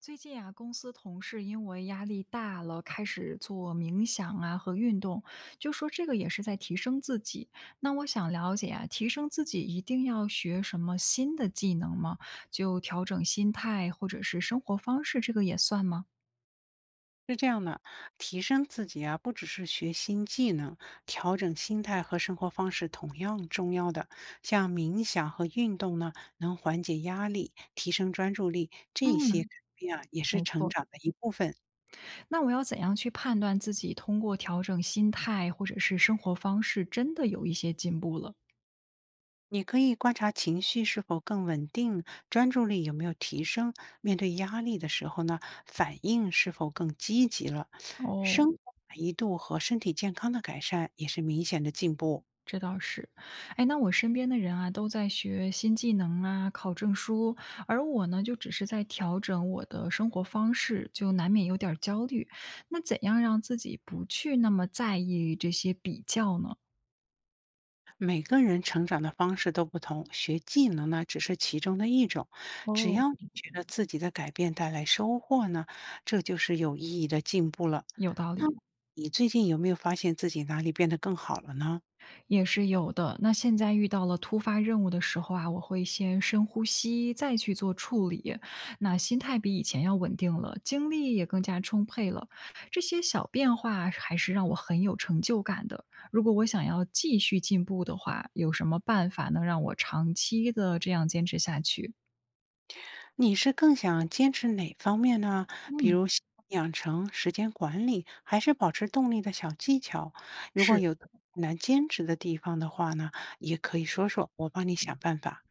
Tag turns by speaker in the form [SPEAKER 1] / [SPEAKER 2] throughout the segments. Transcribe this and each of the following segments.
[SPEAKER 1] 最近啊，公司同事因为压力大了，开始做冥想啊和运动，就说这个也是在提升自己。那我想了解啊，提升自己一定要学什么新的技能吗？就调整心态或者是生活方式，这个也算吗？
[SPEAKER 2] 是这样的，提升自己啊，不只是学新技能，调整心态和生活方式同样重要的。像冥想和运动呢，能缓解压力，提升专注力，这些
[SPEAKER 1] 嗯，
[SPEAKER 2] 改变啊，也是
[SPEAKER 1] 没
[SPEAKER 2] 成
[SPEAKER 1] 错。
[SPEAKER 2] 长的一部分。
[SPEAKER 1] 那我要怎样去判断自己通过调整心态或者是生活方式，真的有一些进步了？
[SPEAKER 2] 你可以观察情绪是否更稳定，专注力有没有提升，面对压力的时候呢，反应是否更积极了，生
[SPEAKER 1] 哦，
[SPEAKER 2] 活满意度和身体健康的改善也是明显的进步。
[SPEAKER 1] 这倒是。哎，那我身边的人啊，都在学新技能啊，考证书，而我呢，就只是在调整我的生活方式，就难免有点儿焦虑。那怎样让自己不去那么在意这些比较呢？
[SPEAKER 2] 每个人成长的方式都不同，学技能呢只是其中的一种。只
[SPEAKER 1] 哦，
[SPEAKER 2] 要你觉得自己的改变带来收获呢，这就是有意义的进步了。
[SPEAKER 1] 有道
[SPEAKER 2] 那
[SPEAKER 1] 理。
[SPEAKER 2] 你最近有没有发现自己哪里变得更好了呢？
[SPEAKER 1] 也是有的。那现在遇到了突发任务的时候啊，我会先深呼吸，再去做处理。那心态比以前要稳定了，精力也更加充沛了。这些小变化还是让我很有成就感的。如果我想要继续进步的话，有什么办法能让我长期的这样坚持下去？
[SPEAKER 2] 你是更想坚持哪方面呢？比
[SPEAKER 1] 嗯，
[SPEAKER 2] 如习惯养成、时间管理，还是保持动力的小技巧？如果
[SPEAKER 1] 是。
[SPEAKER 2] 有特别难坚持的地方的话呢，也可以说说，我帮你想办法。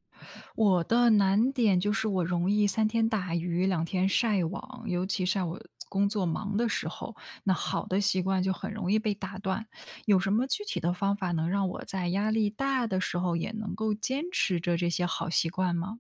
[SPEAKER 1] 我的难点就是我容易三天打鱼两天晒网，尤其在我工作忙的时候，那好的习惯就很容易被打断。有什么具体的方法能让我在压力大的时候也能够坚持着这些好习惯吗？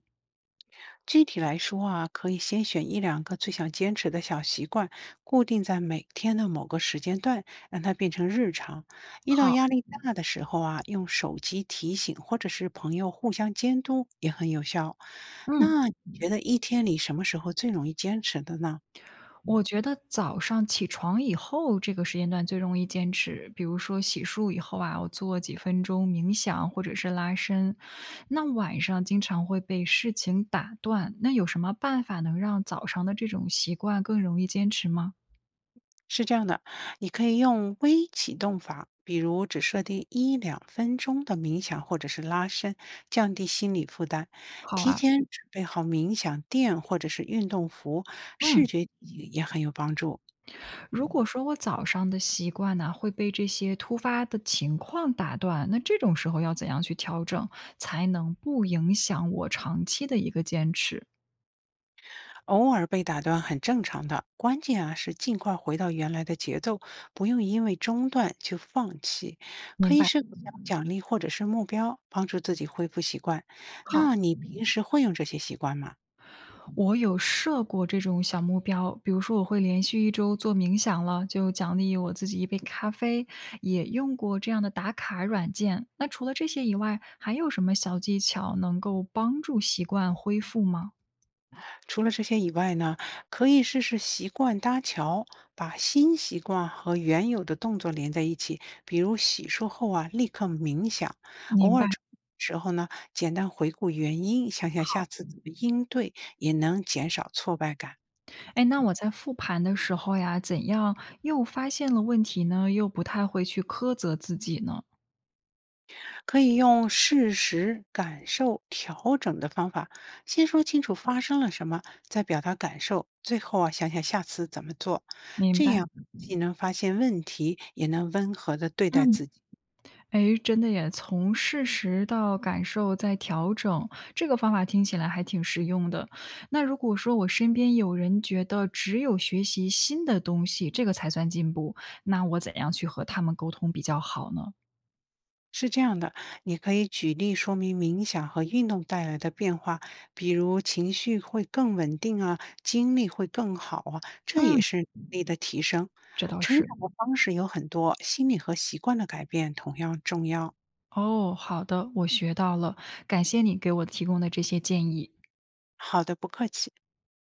[SPEAKER 2] 具体来说啊，可以先选一两个最想坚持的小习惯，固定在每天的某个时间段，让它变成日常。遇到
[SPEAKER 1] 好，
[SPEAKER 2] 压力大的时候啊，用手机提醒或者是朋友互相监督也很有效。
[SPEAKER 1] 嗯。
[SPEAKER 2] 那你觉得一天里什么时候最容易坚持的呢？
[SPEAKER 1] 我觉得早上起床以后这个时间段最容易坚持，比如说洗漱以后啊，我做几分钟冥想或者是拉伸。那晚上经常会被事情打断，那有什么办法能让早上的这种习惯更容易坚持吗？
[SPEAKER 2] 是这样的，你可以用微启动法，比如只设定一两分钟的冥想或者是拉伸，降低心理负担。
[SPEAKER 1] 好
[SPEAKER 2] 提
[SPEAKER 1] 啊，
[SPEAKER 2] 前准备好冥想垫或者是运动服，视
[SPEAKER 1] 嗯，
[SPEAKER 2] 觉记忆也很有帮助。
[SPEAKER 1] 如果说我早上的习惯呢，会被这些突发的情况打断，那这种时候要怎样去调整，才能不影响我长期的一个坚持？
[SPEAKER 2] 偶尔被打断很正常的，关键啊是尽快回到原来的节奏，不用因为中断就放弃。可
[SPEAKER 1] 明
[SPEAKER 2] 以
[SPEAKER 1] 白，
[SPEAKER 2] 设个小奖励或者是目标，帮助自己恢复习惯。那
[SPEAKER 1] 好。
[SPEAKER 2] 你平时会用这些习惯吗？
[SPEAKER 1] 我有设过这种小目标，比如说我会连续一周做冥想了，就奖励我自己一杯咖啡，也用过这样的打卡软件。那除了这些以外，还有什么小技巧能够帮助习惯恢复吗？
[SPEAKER 2] 除了这些以外呢，可以试试习惯搭桥，把新习惯和原有的动作连在一起，比如洗漱后啊，立刻冥想，偶
[SPEAKER 1] 明
[SPEAKER 2] 尔
[SPEAKER 1] 白，
[SPEAKER 2] 冲时候呢，简单回顾原因，想想下
[SPEAKER 1] 好。
[SPEAKER 2] 次怎么应对，也能减少挫败感。
[SPEAKER 1] 哎，那我在复盘的时候呀，怎样又发现了问题呢？又不太会去苛责自己呢？
[SPEAKER 2] 可以用事实、感受、调整的方法，先说清楚发生了什么，再表达感受，最后啊，想想下次怎么做，
[SPEAKER 1] 明
[SPEAKER 2] 这
[SPEAKER 1] 白，
[SPEAKER 2] 样既能发现问题，也能温和的对待
[SPEAKER 1] 嗯。
[SPEAKER 2] 自己。
[SPEAKER 1] 哎，真的耶，从事实到感受再调整，这个方法听起来还挺实用的。那如果说我身边有人觉得只有学习新的东西，这个才算进步，那我怎样去和他们沟通比较好呢？
[SPEAKER 2] 是这样的，你可以举例说明冥想和运动带来的变化，比如情绪会更稳定啊，精力会更好啊，这也
[SPEAKER 1] 嗯，
[SPEAKER 2] 是能力的提升。
[SPEAKER 1] 这倒
[SPEAKER 2] 成
[SPEAKER 1] 是。
[SPEAKER 2] 长的方式有很多，心理和习惯的改变同样重要。
[SPEAKER 1] 哦，好的，我学到了，感谢你给我提供的这些建议。
[SPEAKER 2] 好的，不客气。